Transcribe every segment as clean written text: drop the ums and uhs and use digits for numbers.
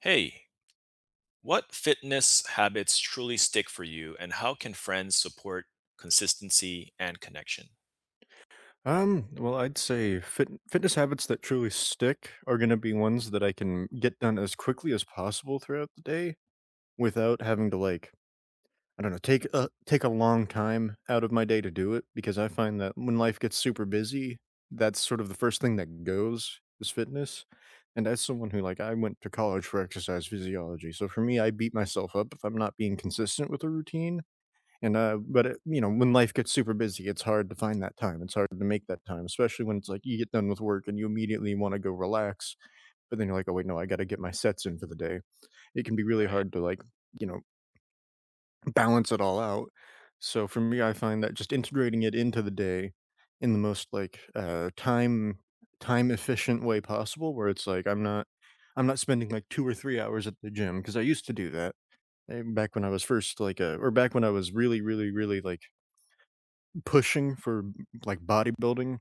Hey, what fitness habits truly stick for you, and how can friends support consistency and connection? Well, I'd say fitness habits that truly stick are gonna be ones that I can get done as quickly as possible throughout the day without having to, like, I don't know, take a long time out of my day to do it because I find that when life gets super busy, that's sort of the first thing that goes is fitness. And as someone who, like, I went to college for exercise physiology, so for me, I beat myself up if I'm not being consistent with a routine. And but when life gets super busy, it's hard to find that time. It's hard to make that time, especially when it's like you get done with work and you immediately want to go relax but then you're like, oh wait, no, I got to get my sets in for the day. It can be really Right. hard to, like, you know, balance it all out. So for me, I find that just integrating it into the day in the most like time efficient way possible where it's like I'm not spending like 2 or 3 hours at the gym because I used to do that back when I was first like or back when I was really really really like pushing for like bodybuilding.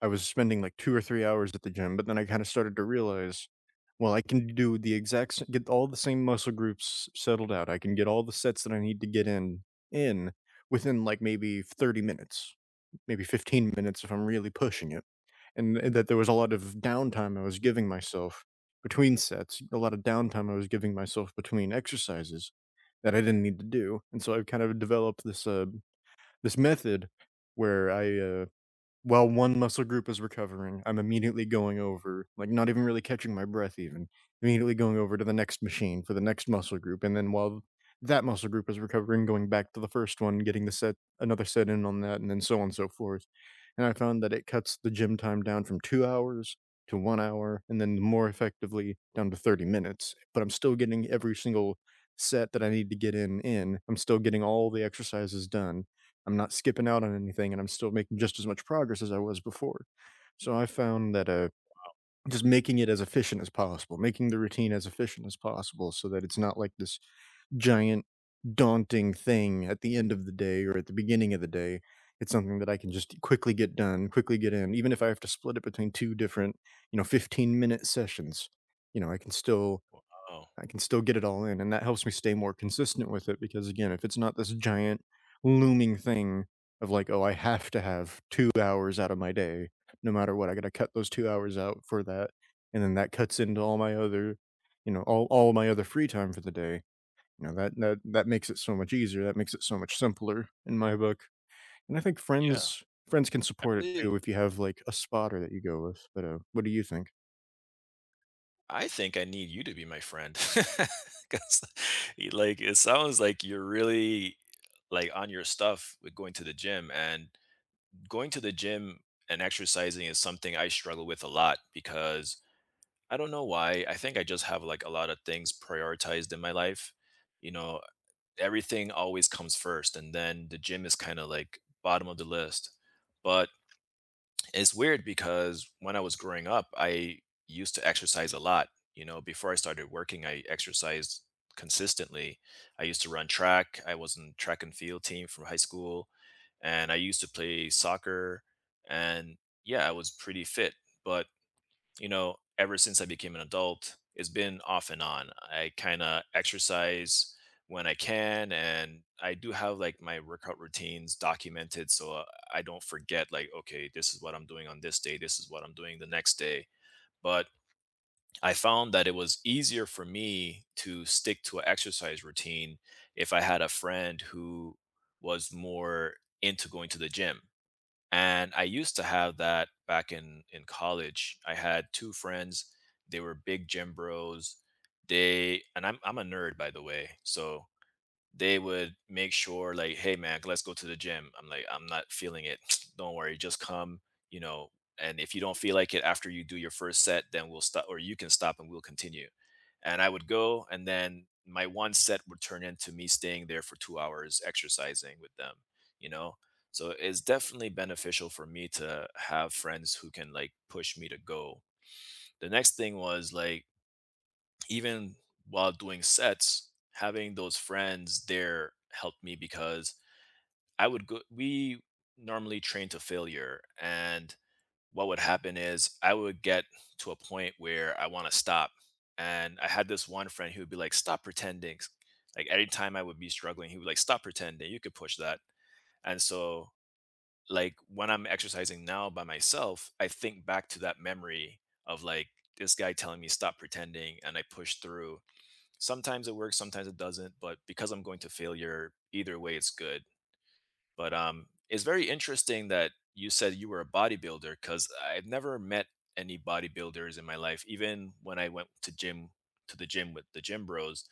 I was spending like 2 or 3 hours at the gym, but then I kinda started to realize, well, I can do the exact sa get all the same muscle groups settled out. I can get all the sets that I need to get in within, like, maybe 30 minutes, maybe 15 minutes if I'm really pushing it, and that there was a lot of downtime I was giving myself between sets, a lot of downtime I was giving myself between exercises that I didn't need to do, and so I've kind of developed this, this method where I, while one muscle group is recovering, I'm immediately going over, like, not even really catching my breath even, immediately going over to the next machine for the next muscle group, and then while that muscle group is recovering, going back to the first one, getting the set another set in on that, and then so on and so forth, and I found that it cuts the gym time down from 2 hours to 1 hour, and then more effectively down to 30 minutes, but I'm still getting every single set that I need to get in in. I'm still getting all the exercises done. I'm not skipping out on anything and I'm still making just as much progress as I was before. So I found that just making it as efficient as possible, making the routine as efficient as possible so that it's not like this giant, daunting thing at the end of the day or at the beginning of the day. It's something that I can just quickly get done, quickly get in, even if I have to split it between two different 15-minute sessions. You know, I can still Oh, I can still get it all in, and that helps me stay more consistent with it because again, if it's not this giant looming thing of like, "Oh, I have to have 2 hours out of my day no matter what, I gotta cut those 2 hours out for that," and then that cuts into all my other free time for the day. That makes it so much easier, that makes it so much simpler in my book, and I think yeah. friends can I support it really, too if you have, like, a spotter that you go with, but, what do you think? I think I need you to be my friend because, like, it sounds like you're really like on your stuff with going to the gym, and going to the gym and exercising is something I struggle with a lot because I don't know why. I think I just have like a lot of things prioritized in my life. You know, everything always comes first and then the gym is kind of like bottom of the list, but it's weird because when I was growing up I used to exercise a lot. You know, before I started working I exercised consistently. I used to run track, I was in track and field team from high school, and I used to play soccer, and yeah I was pretty fit. But you know, ever since I became an adult, it's been off and on. I kind of exercise when I can, and I do have like my workout routines documented so I don't forget, like, okay, this is what I'm doing on this day, this is what I'm doing the next day. But I found that it was easier for me to stick to an exercise routine if I had a friend who was more into going to the gym, and I used to have that back in college. I had two friends. They were big gym bros. They— and I'm a nerd by the way. So they would make sure like, hey man, let's go to the gym. I'm like, I'm not feeling it. Don't worry, just come, you know, and if you don't feel like it after you do your first set then we'll stop, or you can stop and we'll continue. And I would go, and then my one set would turn into me staying there for 2 hours exercising with them, you know. So it's definitely beneficial for me to have friends who can like push me to go. The next thing was like, even while doing sets, having those friends there helped me because I would go, we normally train to failure. And what would happen is I would get to a point where I want to stop. And I had this one friend who would be like, stop pretending. Like anytime I would be struggling, he would like, stop pretending. You could push that. And so, like, when I'm exercising now by myself, I think back to that memory of like this guy telling me stop pretending, and I push through. Sometimes it works, sometimes it doesn't, but because I'm going to failure either way it's good. But it's very interesting that you said you were a bodybuilder because I've never met any bodybuilders in my life. Even when I went to gym— to the gym with the gym bros,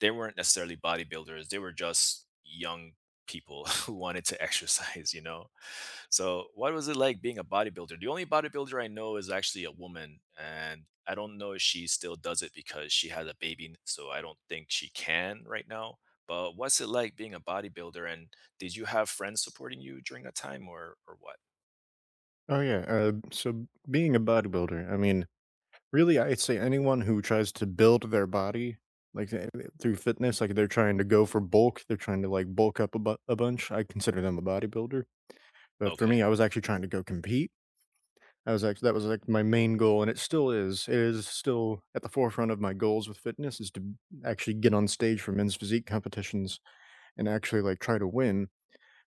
they weren't necessarily bodybuilders. They were just young people who wanted to exercise. You know. So, what was it like being a bodybuilder? The only bodybuilder I know is actually a woman, and I don't know if she still does it because she has a baby, so I don't think she can right now. But what's it like being a bodybuilder, and did you have friends supporting you during that time, or what? Oh, yeah, so being a bodybuilder, I mean, really, I'd say anyone who tries to build their body, like, through fitness, like, they're trying to go for bulk, they're trying to, like, bulk up a bunch, I consider them a bodybuilder, but for me, Okay. I was actually trying to go compete. I was actually That was, like, my main goal, and it still is. It is still at the forefront of my goals with fitness is to actually get on stage for men's physique competitions and actually, like, try to win.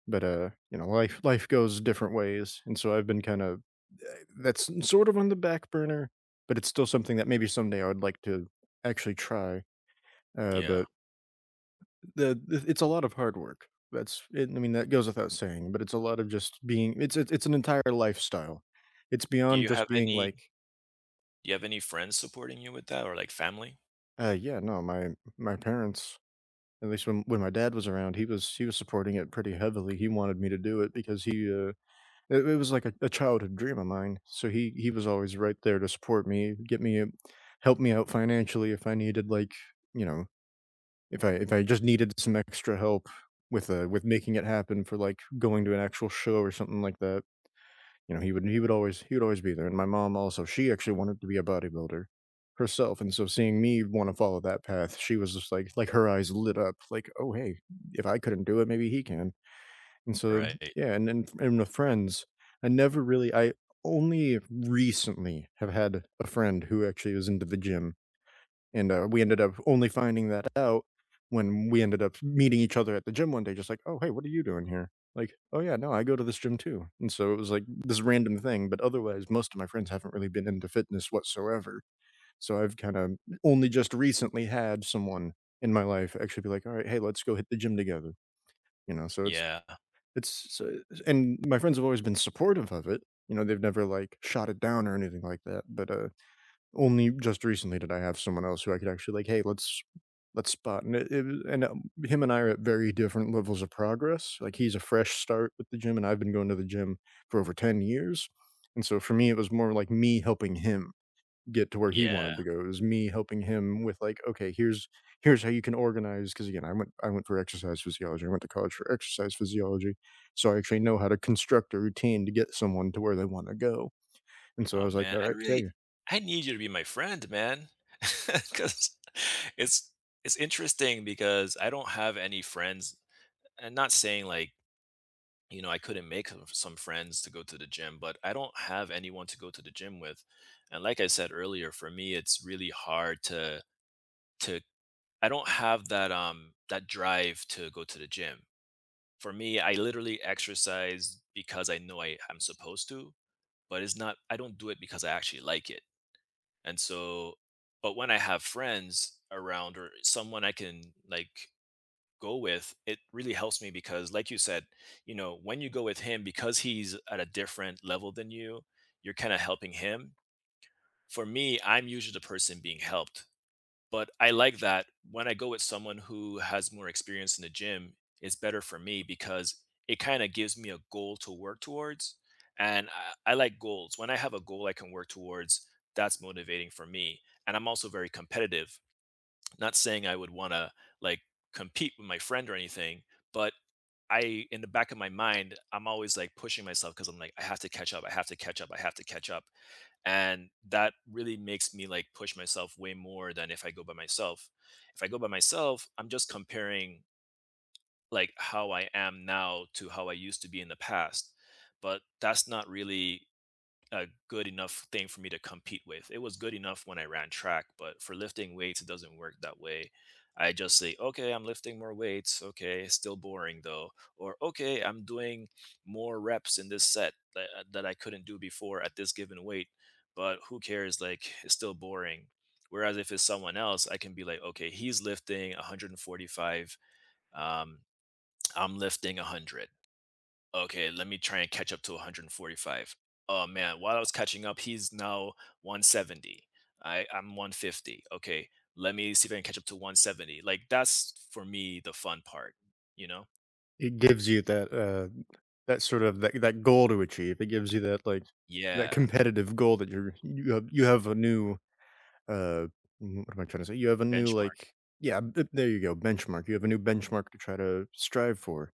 But, life goes different ways, and so I've been that's sort of on the back burner, but it's still something that maybe someday I would like to actually try, Yeah. but the it's a lot of hard work. That's it. I mean, that goes without saying, but it's a lot of just being it's an entire lifestyle. It's Do beyond you have just being any— like, friends supporting you with that, or like family? Yeah, no, my parents." At least when my dad was around, he was supporting it pretty heavily. He wanted me to do it because he, It it was like a childhood dream of mine, so he was always right there to support me, get me a help me out financially if I needed, like, you know, if I just needed some extra help with making it happen for, like, going to an actual show or something like that, he would always be there, and my mom also, she actually wanted to be a bodybuilder herself, and so seeing me wanna follow that path, she was just like, her eyes lit up, like, "Oh, hey, if I couldn't do it, maybe he can." And so, Right. yeah, and with friends, I never really I only recently have had a friend who actually was into the gym, and, we ended up only finding that out when we ended up meeting each other at the gym one day, just like, "Oh, hey, what are you doing here?" Like, "Oh, yeah, no, I go to this gym too." And so it was like this random thing, but otherwise, most of my friends haven't really been into fitness whatsoever. So I've kinda only just recently had someone in my life actually be like, "Alright, hey, let's go hit the gym together." You know, so Yeah. it's so and my friends have always been supportive of it, they've never, like, shot it down or anything like that, but, only just recently did I have someone else who I could actually, like, "Hey, let's spot," and him and I are at very different levels of progress, like, he's a fresh start with the gym, and I've been going to the gym for over 10 years, and so for me, it was more like me helping him get to where he Yeah. wanted to go. It was me helping him with like, "Okay, here's how you can organize." Because again, I went for exercise physiology. I went to college for exercise physiology, so I actually know how to construct a routine to get someone to where they wanna go, and so I Oh was like, man, "All I right, really— hey." I need you to be my friend, man. Because it's— it's interesting because I don't have any friends. And not saying like, you know, I couldn't make some friends to go to the gym, but I don't have anyone to go to the gym with. And like I said earlier, for me it's really hard to— to I don't have that that drive to go to the gym. For me, I literally exercise because I know I'm supposed to, but it's not— I don't do it because I actually like it. And so, but when I have friends around or someone I can like go with, it really helps me because like you said, you know, when you go with him because he's at a different level than you, you're kind of helping him. For me, I'm usually the person being helped, but I like that when I go with someone who has more experience in the gym, it's better for me because it kind of gives me a goal to work towards. And I like goals. When I have a goal I can work towards, that's motivating for me. And I'm also very competitive. Not saying I would want to, like, compete with my friend or anything, but in the back of my mind, I'm always like pushing myself because I'm like, I have to catch up. I have to catch up. I have to catch up. And that really makes me like push myself way more than if I go by myself. If I go by myself, I'm just comparing like how I am now to how I used to be in the past. But that's not really a good enough thing for me to compete with. It was good enough when I ran track, but for lifting weights, it doesn't work that way. I just say, okay, I'm lifting more weights. Okay, still boring though. Or, okay, I'm doing more reps in this set that, that I couldn't do before at this given weight, but who cares? Like, it's still boring. Whereas if it's someone else, I can be like, okay, he's lifting 145. Um, I'm lifting 100. Okay, let me try and catch up to 145. Oh man, while I was catching up, he's now 170. I'm 150. Okay, let me see if I can catch up to 170. Like that's for me the fun part, you know? It gives you that, that sort of that that goal to achieve. It gives you that, like, that Yeah. competitive goal that you have a new, uh, what am I trying to say? You have a new, Benchmark. like, yeah, th there you go, benchmark. You have a new benchmark to try to strive for.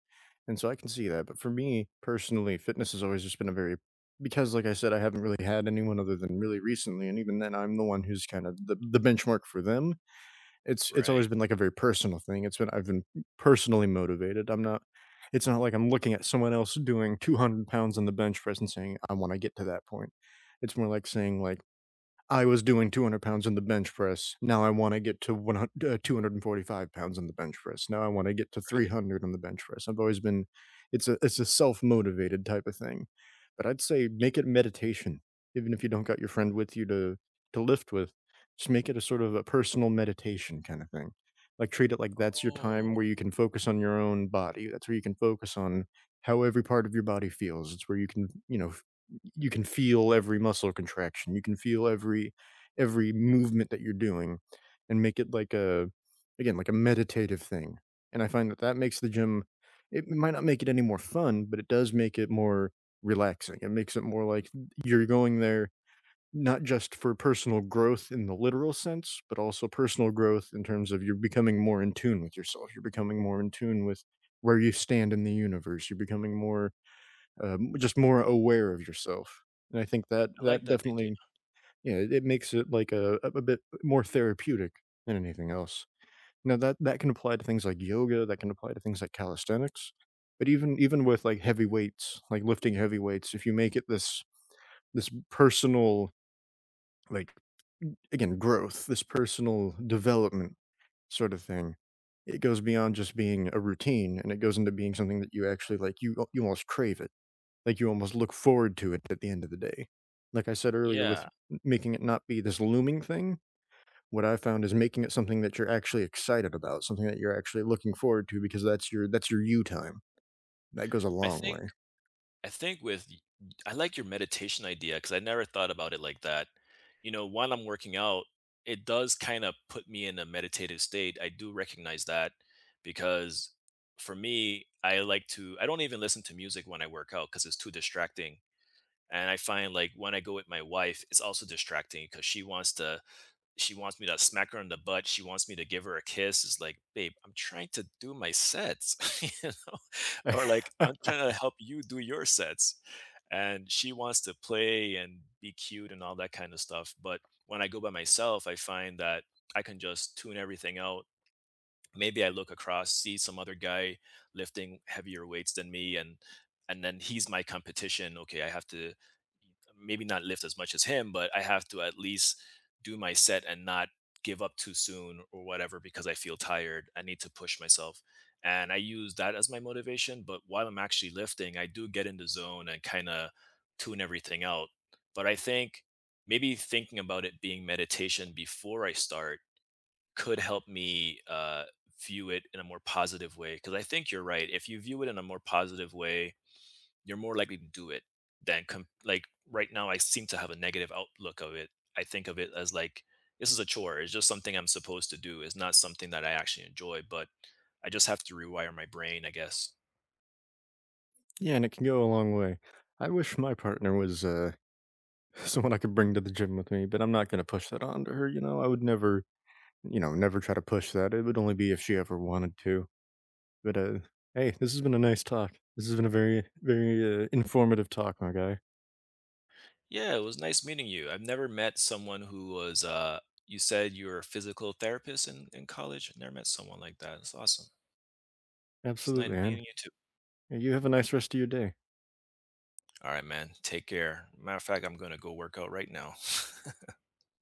And so I can see that, but for me, personally, fitness has always just been a very, because like I said, I haven't really had anyone other than really recently, and even then, I'm the one who's kind of the benchmark for them. It's Right, always been like a very personal thing. It's been I've been personally motivated. I'm not It's not like I'm looking at someone else doing 200 pounds on the bench press and saying, I want to get to that point. It's more like saying like, I was doing 200 pounds in the bench press. Now I want to get to 100, 245 pounds in the bench press. Now I want to get to right. 300 on the bench press. I've always been, it's a self motivated type of thing. But I'd say make it meditation, even if you don't got your friend with you to lift with. Just make it a sort of a personal meditation kind of thing. Like treat it like that's your time Oh, where you can focus on your own body. That's where you can focus on how every part of your body feels. It's where you can feel every muscle contraction, you can feel every movement that you're doing and make it like a again, like a meditative thing, and I find that that makes the gym. It might not make it any more fun, but it does make it more relaxing. It makes it more like you're going there not just for personal growth in the literal sense, but also personal growth in terms of you're becoming more in tune with yourself, you're becoming more in tune with where you stand in the universe, you're becoming more just more aware of yourself. And I think that I like that that idea. definitely, you know, it makes it like a bit more therapeutic than anything else. Now that that can apply to things like yoga, that can apply to things like calisthenics, but even with like heavy weights, like lifting heavy weights, if you make it this personal, like, again, growth, this personal development sort of thing, it goes beyond just being a routine and it goes into being something that you actually, like, you almost crave it. Like, you almost look forward to it at the end of the day. Like I said earlier with Yeah. m making it not be this looming thing, what I found is making it something that you're actually excited about, something that you're actually looking forward to because that's your you time. That goes a I long think— way. I think with y-— I like your meditation idea because I never thought about it like that. You know, while I'm working out, it does kind of put me in a meditative state. I do recognize that because for me, I like to— I don't even listen to music when I work out because it's too distracting. And I find like when I go with my wife, it's also distracting because she wants to— she wants me to smack her on the butt. She wants me to give her a kiss. It's like, babe, I'm trying to do my sets, you know, or like I'm trying to help you do your sets. And she wants to play and be cute and all that kind of stuff. But when I go by myself, I find that I can just tune everything out. Maybe I look across, see some other guy lifting heavier weights than me, and then he's my competition. Okay, I have to maybe not lift as much as him, but I have to at least do my set and not give up too soon or whatever because I feel tired. I need to push myself. And I use that as my motivation. But while I'm actually lifting, I do get in the zone and kind of tune everything out. But I think maybe thinking about it being meditation before I start could help me view it in a more positive way. Because I think you're right. If you view it in a more positive way, you're more likely to do it than com-— like right now. I seem to have a negative outlook of it. I think of it as like this is a chore. It's just something I'm supposed to do. It's not something that I actually enjoy. But I just have to rewire my brain, I guess. Yeah, and it can go a long way. I wish my partner was, someone I could bring to the gym with me, but I'm not gonna push that on to her, you know? I would never, never try to push that. It would only be if she ever wanted to. But, hey, this has been a nice talk. This has been a very, very, informative talk, my guy. Yeah, it was nice meeting you. I've never met someone who was. You said you were a physical therapist in college. I never met someone like that. It's awesome. It's nice Absolutely, man. meeting you too. You have a nice rest of your day. All right, man. Take care. Matter of fact, I'm gonna go work out right now.